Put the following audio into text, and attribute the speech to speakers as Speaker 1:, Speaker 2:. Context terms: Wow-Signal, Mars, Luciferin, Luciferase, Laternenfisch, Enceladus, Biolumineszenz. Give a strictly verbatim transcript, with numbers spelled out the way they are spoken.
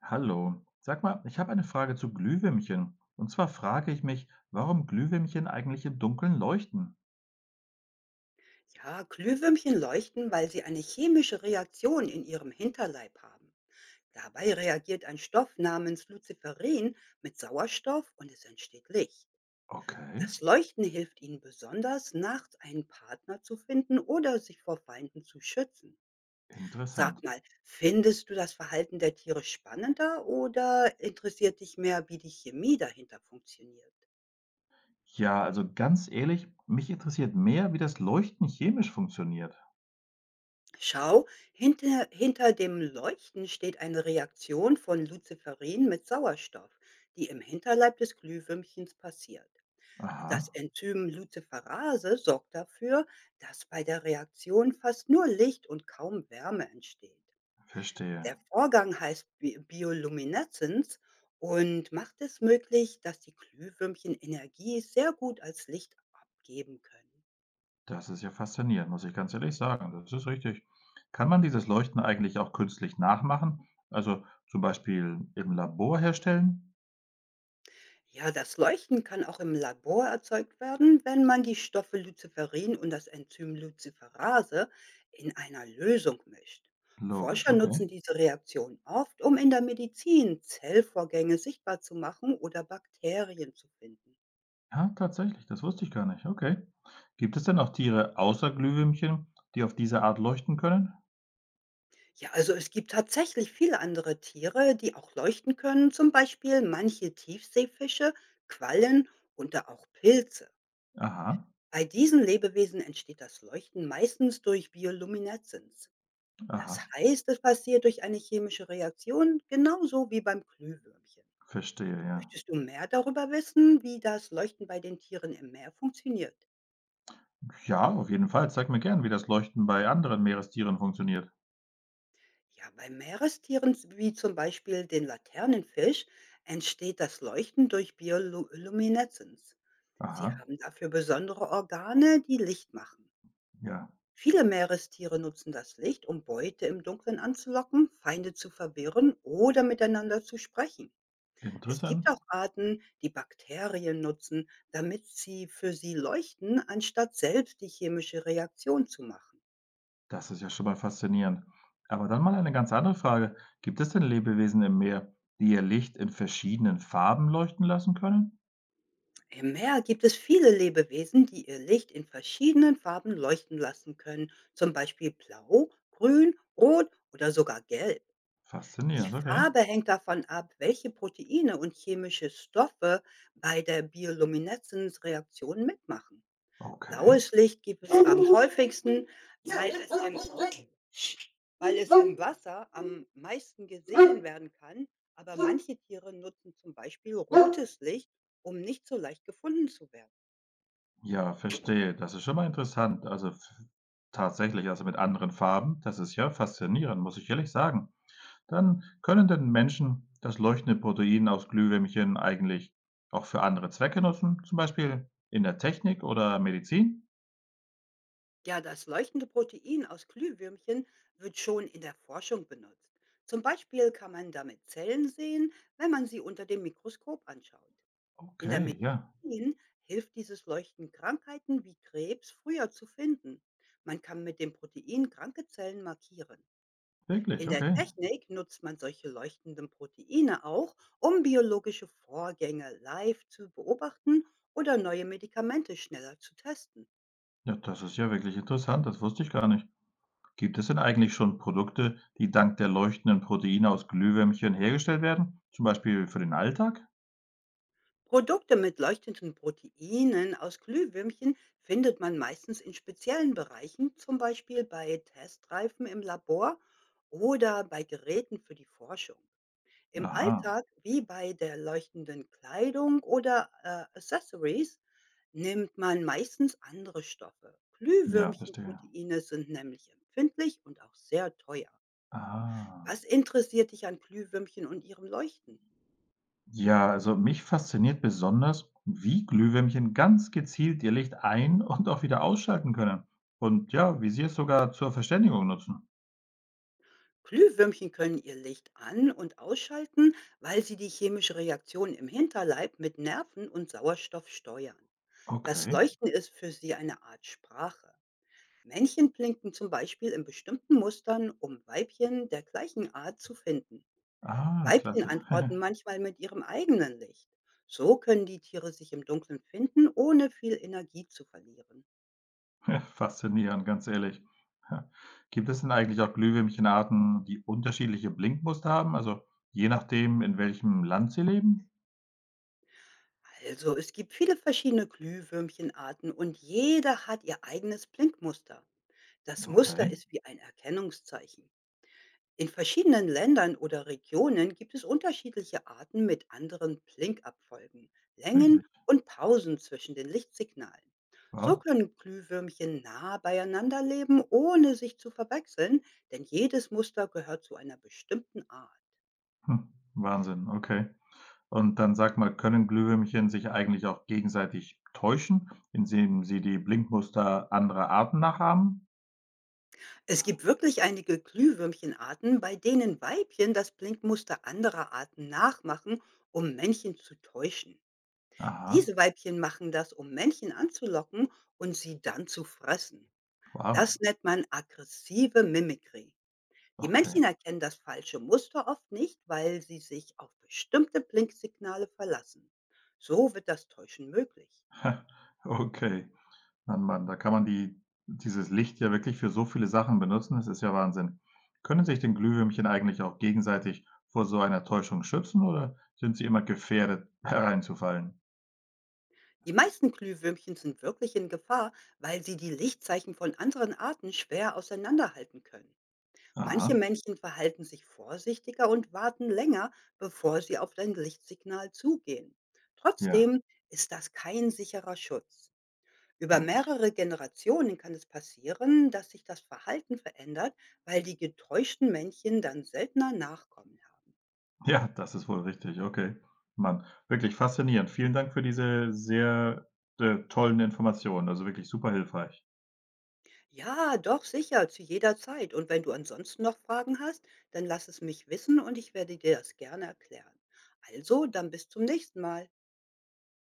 Speaker 1: Hallo, sag mal, ich habe eine Frage zu Glühwürmchen. Und zwar frage ich mich, warum Glühwürmchen eigentlich im Dunkeln leuchten.
Speaker 2: Ja, Glühwürmchen leuchten, weil sie eine chemische Reaktion in ihrem Hinterleib haben. Dabei reagiert ein Stoff namens Luciferin mit Sauerstoff und es entsteht Licht.
Speaker 1: Okay,
Speaker 2: Das Leuchten hilft ihnen besonders, nachts einen Partner zu finden oder sich vor Feinden zu schützen. Sag
Speaker 1: interessant.
Speaker 2: mal, findest du das Verhalten der Tiere spannender oder interessiert dich mehr, wie die Chemie dahinter funktioniert?
Speaker 1: Ja, also ganz ehrlich, mich interessiert mehr, wie das Leuchten chemisch funktioniert.
Speaker 2: Schau, hinter, hinter dem Leuchten steht eine Reaktion von Luciferin mit Sauerstoff, die im Hinterleib des Glühwürmchens passiert. Das
Speaker 1: Aha,
Speaker 2: Enzym Luciferase sorgt dafür, dass bei der Reaktion fast nur Licht und kaum Wärme entsteht.
Speaker 1: verstehe.
Speaker 2: Der Vorgang heißt Bi- Biolumineszenz und macht es möglich, dass die Glühwürmchen Energie sehr gut als Licht abgeben können.
Speaker 1: Das ist ja faszinierend, muss ich ganz ehrlich sagen. Das ist richtig. Kann man dieses Leuchten eigentlich auch künstlich nachmachen? Also zum Beispiel im Labor herstellen?
Speaker 2: Ja, das Leuchten kann auch im Labor erzeugt werden, wenn man die Stoffe Luciferin und das Enzym Luciferase in einer Lösung mischt.
Speaker 1: Logisch,
Speaker 2: Forscher nutzen
Speaker 1: okay.
Speaker 2: diese Reaktion oft, um in der Medizin Zellvorgänge sichtbar zu machen oder Bakterien zu finden.
Speaker 1: Ah, tatsächlich, das wusste ich gar nicht. Okay. Gibt es denn auch Tiere außer Glühwürmchen, die auf diese Art leuchten können?
Speaker 2: Ja, also es gibt tatsächlich viele andere Tiere, die auch leuchten können, zum Beispiel manche Tiefseefische, Quallen und da auch Pilze.
Speaker 1: Aha,
Speaker 2: Bei diesen Lebewesen entsteht das Leuchten meistens durch Biolumineszenz.
Speaker 1: aha,
Speaker 2: Das heißt, es passiert durch eine chemische Reaktion, genauso wie beim Glühwürmchen.
Speaker 1: verstehe, ja.
Speaker 2: Möchtest du mehr darüber wissen, wie das Leuchten bei den Tieren im Meer funktioniert?
Speaker 1: Ja, auf jeden Fall. Zeig mir gern, wie das Leuchten bei anderen Meerestieren funktioniert.
Speaker 2: Ja, bei Meerestieren, wie zum Beispiel den Laternenfisch, entsteht das Leuchten durch Biolumineszenz. Sie
Speaker 1: Aha,
Speaker 2: haben dafür besondere Organe, die Licht machen.
Speaker 1: ja,
Speaker 2: Viele Meerestiere nutzen das Licht, um Beute im Dunkeln anzulocken, Feinde zu verwirren oder miteinander zu sprechen. Es gibt
Speaker 1: interessant.
Speaker 2: auch Arten, die Bakterien nutzen, damit sie für sie leuchten, anstatt selbst die chemische Reaktion zu machen.
Speaker 1: Das ist ja schon mal faszinierend. Aber dann mal eine ganz andere Frage. Gibt es denn Lebewesen im Meer, die ihr Licht in verschiedenen Farben leuchten lassen können?
Speaker 2: Im Meer gibt es viele Lebewesen, die ihr Licht in verschiedenen Farben leuchten lassen können, zum Beispiel blau, grün, rot oder sogar gelb. Die
Speaker 1: Faszinierend, okay.
Speaker 2: Farbe hängt davon ab, welche Proteine und chemische Stoffe bei der Biolumineszenzreaktion mitmachen.
Speaker 1: Okay.
Speaker 2: Blaues Licht gibt es am häufigsten, weil es ein Weil es im Wasser am meisten gesehen werden kann, aber manche Tiere nutzen zum Beispiel rotes Licht, um nicht so leicht gefunden zu werden.
Speaker 1: Ja, verstehe. Das ist schon mal interessant. Also f tatsächlich, also mit anderen Farben, das ist ja faszinierend, muss ich ehrlich sagen. Dann können denn Menschen das leuchtende Protein aus Glühwürmchen eigentlich auch für andere Zwecke nutzen, zum Beispiel in der Technik oder Medizin?
Speaker 2: Ja, das leuchtende Protein aus Glühwürmchen wird schon in der Forschung benutzt. Zum Beispiel kann man damit Zellen sehen, wenn man sie unter dem Mikroskop anschaut. In der
Speaker 1: Okay, ja,
Speaker 2: Medizin hilft dieses Leuchten, Krankheiten wie Krebs früher zu finden. Man kann mit dem Protein kranke Zellen markieren.
Speaker 1: wirklich,
Speaker 2: In der
Speaker 1: okay.
Speaker 2: Technik nutzt man solche leuchtenden Proteine auch, um biologische Vorgänge live zu beobachten oder neue Medikamente schneller zu testen.
Speaker 1: Ja, das ist ja wirklich interessant, das wusste ich gar nicht. Gibt es denn eigentlich schon Produkte, die dank der leuchtenden Proteine aus Glühwürmchen hergestellt werden, zum Beispiel für den Alltag?
Speaker 2: Produkte mit leuchtenden Proteinen aus Glühwürmchen findet man meistens in speziellen Bereichen, zum Beispiel bei Testreifen im Labor oder bei Geräten für die Forschung. Im
Speaker 1: Aha,
Speaker 2: Alltag, wie bei der leuchtenden Kleidung oder, äh, Accessories, nimmt man meistens andere Stoffe.
Speaker 1: ja, verstehe.
Speaker 2: Glühwürmchenproteine sind nämlich empfindlich und auch sehr teuer.
Speaker 1: Ah.
Speaker 2: Was interessiert dich an Glühwürmchen und ihrem Leuchten?
Speaker 1: Ja, also mich fasziniert besonders, wie Glühwürmchen ganz gezielt ihr Licht ein und auch wieder ausschalten können. Und ja, wie sie es sogar zur Verständigung nutzen.
Speaker 2: Glühwürmchen können ihr Licht an und ausschalten, weil sie die chemische Reaktion im Hinterleib mit Nerven und Sauerstoff steuern. Das
Speaker 1: Okay.
Speaker 2: Leuchten ist für sie eine Art Sprache. Männchen blinken zum Beispiel in bestimmten Mustern, um Weibchen der gleichen Art zu finden.
Speaker 1: Ah,
Speaker 2: Weibchen
Speaker 1: klasse.
Speaker 2: antworten manchmal mit ihrem eigenen Licht. So können die Tiere sich im Dunkeln finden, ohne viel Energie zu verlieren.
Speaker 1: Faszinierend, ganz ehrlich. Ja. Gibt es denn eigentlich auch Glühwürmchenarten, die unterschiedliche Blinkmuster haben? Also je nachdem, in welchem Land sie leben?
Speaker 2: Also, es gibt viele verschiedene Glühwürmchenarten und jeder hat ihr eigenes Blinkmuster. Das Muster
Speaker 1: Okay,
Speaker 2: ist wie ein Erkennungszeichen. In verschiedenen Ländern oder Regionen gibt es unterschiedliche Arten mit anderen Blinkabfolgen, Längen
Speaker 1: wirklich.
Speaker 2: und Pausen zwischen den Lichtsignalen. So
Speaker 1: Wow.
Speaker 2: können Glühwürmchen nah beieinander leben, ohne sich zu verwechseln, denn jedes Muster gehört zu einer bestimmten Art.
Speaker 1: Hm. Wahnsinn, okay. Und dann sag mal, können Glühwürmchen sich eigentlich auch gegenseitig täuschen, indem sie die Blinkmuster anderer Arten nachahmen?
Speaker 2: Es gibt wirklich einige Glühwürmchenarten, bei denen Weibchen das Blinkmuster anderer Arten nachmachen, um Männchen zu täuschen.
Speaker 1: Aha,
Speaker 2: Diese Weibchen machen das, um Männchen anzulocken und sie dann zu fressen.
Speaker 1: wow,
Speaker 2: Das nennt man aggressive Mimikry. Die
Speaker 1: okay.
Speaker 2: Männchen erkennen das falsche Muster oft nicht, weil sie sich auf bestimmte Blinksignale verlassen. So wird das Täuschen möglich.
Speaker 1: Okay. Mann, Mann, da kann man die dieses Licht ja wirklich für so viele Sachen benutzen, das ist ja Wahnsinn. Können sich denn Glühwürmchen eigentlich auch gegenseitig vor so einer Täuschung schützen oder sind sie immer gefährdet, hereinzufallen?
Speaker 2: Die meisten Glühwürmchen sind wirklich in Gefahr, weil sie die Lichtzeichen von anderen Arten schwer auseinanderhalten können. Manche
Speaker 1: Aha,
Speaker 2: Männchen verhalten sich vorsichtiger und warten länger, bevor sie auf ein Lichtsignal zugehen.
Speaker 1: ja,
Speaker 2: Trotzdem ist das kein sicherer Schutz. Über
Speaker 1: logisch.
Speaker 2: mehrere Generationen kann es passieren, dass sich das Verhalten verändert, weil die getäuschten Männchen dann seltener Nachkommen haben.
Speaker 1: Ja, das ist wohl richtig, okay. Mann, wirklich faszinierend. Vielen Dank für diese sehr, äh, tollen Informationen, also wirklich super hilfreich.
Speaker 2: Ja, doch sicher, zu jeder Zeit. Und wenn du ansonsten noch Fragen hast, dann lass es mich wissen und ich werde dir das gerne erklären. Also, dann bis zum nächsten Mal.